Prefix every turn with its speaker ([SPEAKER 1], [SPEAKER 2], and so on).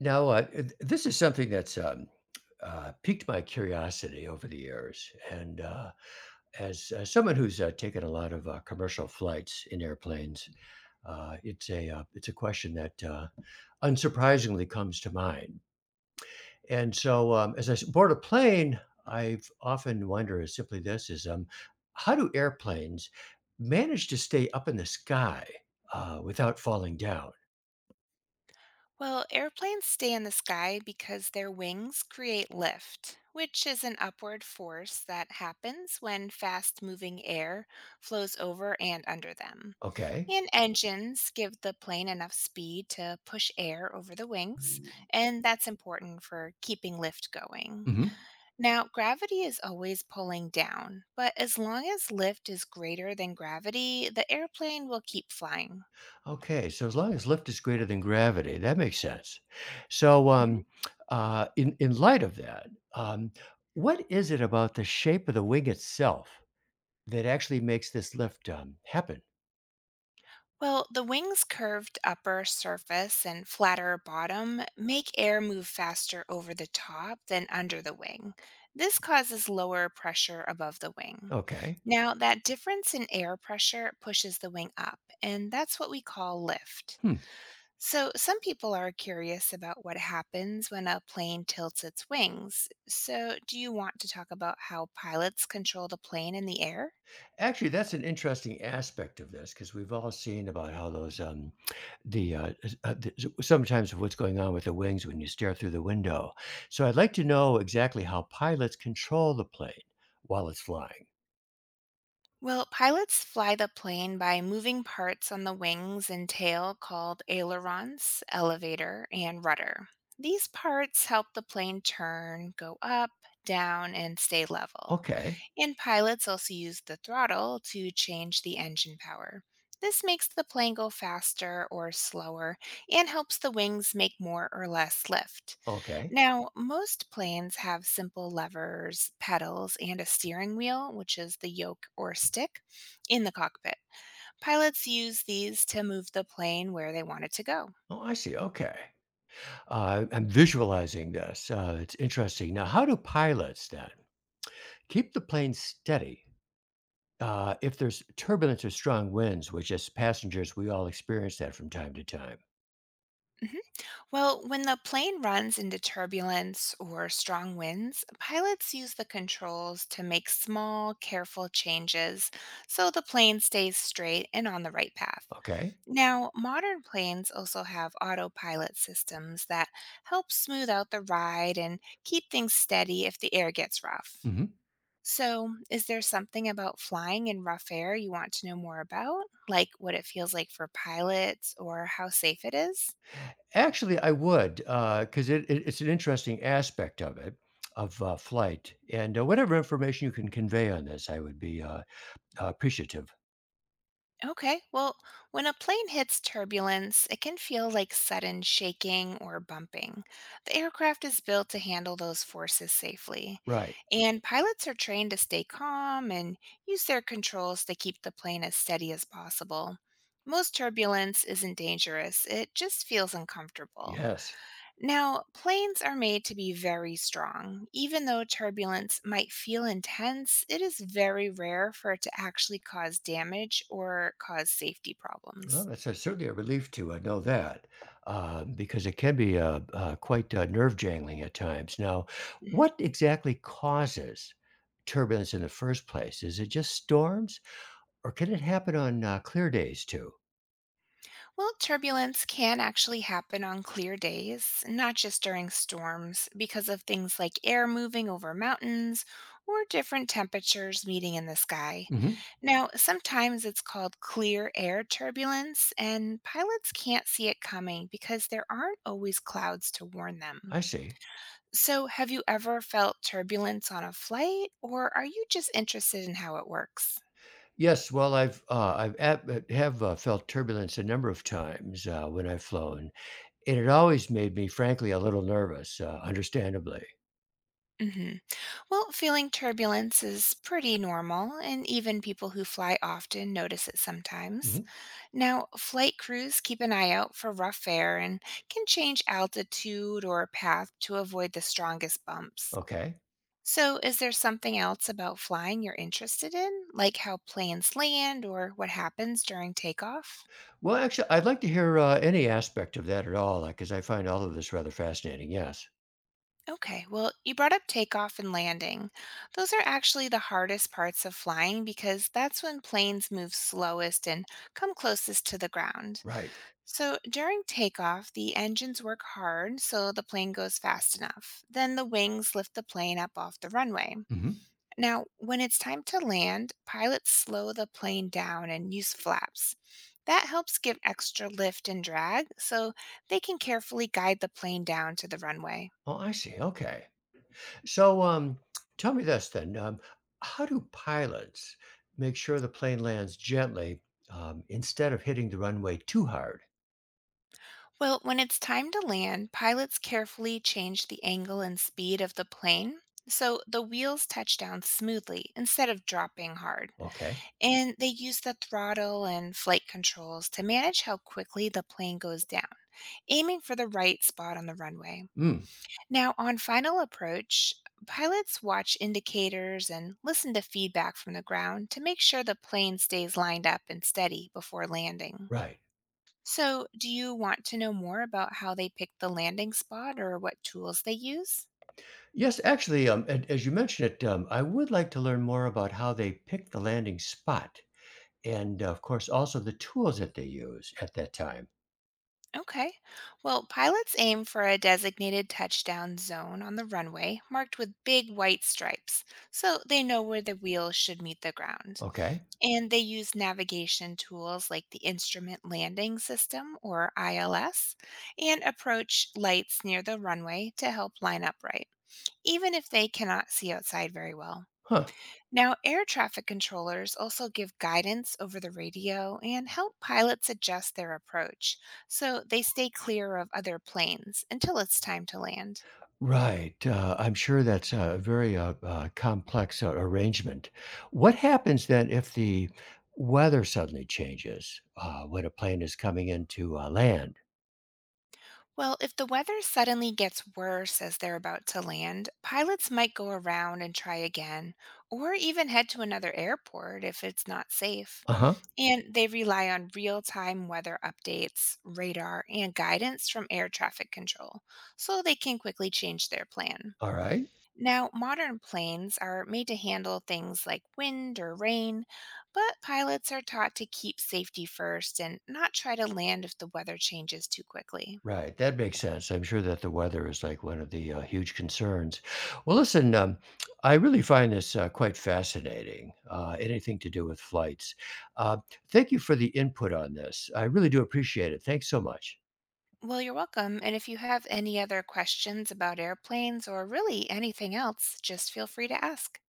[SPEAKER 1] Now, this is something that's piqued my curiosity over the years, and as someone who's taken a lot of commercial flights in airplanes. It's a question that unsurprisingly comes to mind. And so as I board a plane, I've often wondered is simply this: is how do airplanes manage to stay up in the sky without falling down?
[SPEAKER 2] Well, airplanes stay in the sky because their wings create lift, which is an upward force that happens when fast moving air flows over and under them.
[SPEAKER 1] Okay.
[SPEAKER 2] And engines give the plane enough speed to push air over the wings, and that's important for keeping lift going. Now, gravity is always pulling down, but as long as lift is greater than gravity, the airplane will keep flying.
[SPEAKER 1] Okay, so as long as lift is greater than gravity, that makes sense. So, in light of that, um, what is it about the shape of the wing itself that actually makes this lift happen?
[SPEAKER 2] Well, the wing's curved upper surface and flatter bottom make air move faster over the top than under the wing. This causes lower pressure above the wing.
[SPEAKER 1] Okay.
[SPEAKER 2] Now, that difference in air pressure pushes the wing up, and that's what we call lift.
[SPEAKER 1] Hmm.
[SPEAKER 2] So, some people are curious about what happens when a plane tilts its wings. So, do you want to talk about how pilots control the plane in the air?
[SPEAKER 1] Actually, that's an interesting aspect of this because we've all seen about how those the, s- the s- sometimes what's going on with the wings when you stare through the window. So I'd like to know exactly how pilots control the plane while it's flying.
[SPEAKER 2] Well, pilots fly the plane by moving parts on the wings and tail called ailerons, elevator, and rudder. These parts help the plane turn, go up, down, and stay level.
[SPEAKER 1] Okay.
[SPEAKER 2] And pilots also use the throttle to change the engine power. This makes the plane go faster or slower and helps the wings make more or less lift.
[SPEAKER 1] Okay.
[SPEAKER 2] Now, most planes have simple levers, pedals, and a steering wheel, which is the yoke or stick, in the cockpit. Pilots use these to move the plane where they want it to go.
[SPEAKER 1] Oh, I see. Okay. I'm visualizing this. It's interesting. Now, how do pilots then keep the plane steady if there's turbulence or strong winds, which as passengers, we all experience that from time to time?
[SPEAKER 2] Mhm. Well, when the plane runs into turbulence or strong winds, pilots use the controls to make small, careful changes so the plane stays straight and on the right path.
[SPEAKER 1] Okay.
[SPEAKER 2] Now, modern planes also have autopilot systems that help smooth out the ride and keep things steady if the air gets rough.
[SPEAKER 1] Hmm.
[SPEAKER 2] So, is there something about flying in rough air you want to know more about? Like what it feels like for pilots or how safe it is?
[SPEAKER 1] Actually, I would, because it's an interesting aspect of it, of flight. And whatever information you can convey on this, I would be appreciative.
[SPEAKER 2] Okay, well, when a plane hits turbulence, it can feel like sudden shaking or bumping. The aircraft is built to handle those forces safely,
[SPEAKER 1] Right.
[SPEAKER 2] and pilots are trained to stay calm and use their controls to keep the plane as steady as possible. Most turbulence isn't dangerous, it just feels uncomfortable.
[SPEAKER 1] Yes.
[SPEAKER 2] Now, planes are made to be very strong. Even though turbulence might feel intense, it is very rare for it to actually cause damage or cause safety
[SPEAKER 1] Well,
[SPEAKER 2] problems.
[SPEAKER 1] that's a certainly a relief to, I know that, because it can be, quite, nerve-jangling at times. Now,
[SPEAKER 2] Mm-hmm.
[SPEAKER 1] what exactly causes turbulence in the first place? Is it just storms, or can it happen on, clear days too?
[SPEAKER 2] Well, turbulence can actually happen on clear days, not just during storms, because of things like air moving over mountains or different temperatures meeting in the sky.
[SPEAKER 1] Mhm.
[SPEAKER 2] Now, sometimes it's called clear air turbulence, and pilots can't see it coming because there aren't always clouds to warn them.
[SPEAKER 1] I see.
[SPEAKER 2] So, have you ever felt turbulence on a flight, or are you just interested in how it works?
[SPEAKER 1] Yes, well, I've felt turbulence a number of times, when I've flown, and it always made me, frankly, a little nervous, understandably.
[SPEAKER 2] Hmm. Well, feeling turbulence is pretty normal, and even people who fly often notice it sometimes.
[SPEAKER 1] Mhm.
[SPEAKER 2] Now, flight crews keep an eye out for rough air and can change altitude or path to avoid the strongest bumps.
[SPEAKER 1] Okay.
[SPEAKER 2] So, is there something else about flying you're interested in, like how planes land or what happens during takeoff?
[SPEAKER 1] Well, actually, I'd like to hear any aspect of that at all, because I find all of this rather fascinating. Yes.
[SPEAKER 2] Okay, well, you brought up takeoff and landing. Those are actually the hardest parts of flying because that's when planes move slowest and come closest to the ground.
[SPEAKER 1] Right.
[SPEAKER 2] So during takeoff, the engines work hard so the plane goes fast enough. Then the wings lift the plane up off the runway.
[SPEAKER 1] Hmm.
[SPEAKER 2] Now, when it's time to land, pilots slow the plane down and use flaps. That helps give extra lift and drag so they can carefully guide the plane down to the runway.
[SPEAKER 1] Oh, I see. Okay. So, tell me this then: how do pilots make sure the plane lands gently instead of hitting the runway too hard?
[SPEAKER 2] Well, when it's time to land, pilots carefully change the angle and speed of the plane so the wheels touch down smoothly instead of dropping hard.
[SPEAKER 1] Okay.
[SPEAKER 2] And they use the throttle and flight controls to manage how quickly the plane goes down, aiming for the right spot on the runway.
[SPEAKER 1] Mm.
[SPEAKER 2] Now, on final approach, pilots watch indicators and listen to feedback from the ground to make sure the plane stays lined up and steady before landing.
[SPEAKER 1] Right.
[SPEAKER 2] So, do you want to know more about how they pick the landing spot or what tools they use?
[SPEAKER 1] Yes, actually, and as you mentioned it, I would like to learn more about how they pick the landing spot, and of course, also the tools that they use at that time.
[SPEAKER 2] Okay. Well, pilots aim for a designated touchdown zone on the runway marked with big white stripes, so they know where the wheels should meet the ground.
[SPEAKER 1] Okay.
[SPEAKER 2] And they use navigation tools like the Instrument Landing System or ILS and approach lights near the runway to help line up right, even if they cannot see outside very well.
[SPEAKER 1] Huh.
[SPEAKER 2] Now, air traffic controllers also give guidance over the radio and help pilots adjust their approach so they stay clear of other planes until it's time to land.
[SPEAKER 1] Right, I'm sure that's a very, complex, arrangement. What happens then if the weather suddenly changes, when a plane is coming in to, land?
[SPEAKER 2] Well, if the weather suddenly gets worse as they're about to land, pilots might go around and try again, or even head to another airport if it's not safe.
[SPEAKER 1] Uh-huh.
[SPEAKER 2] And they rely on real time weather updates, radar, and guidance from air traffic control so they can quickly change their plan.
[SPEAKER 1] Alright. Right.
[SPEAKER 2] Now, modern planes are made to handle things like wind or rain, but pilots are taught to keep safety first and not try to land if the weather changes too quickly.
[SPEAKER 1] Right, that makes sense. I'm sure that the weather is, like, one of the, huge concerns. Well, listen, I really find this, quite fascinating, anything to do with flights. Uh, Thank you for the input on this. I really do appreciate it. Thanks so much.
[SPEAKER 2] Well, you're welcome. And if you have any other questions about airplanes or really anything else, just feel free to ask.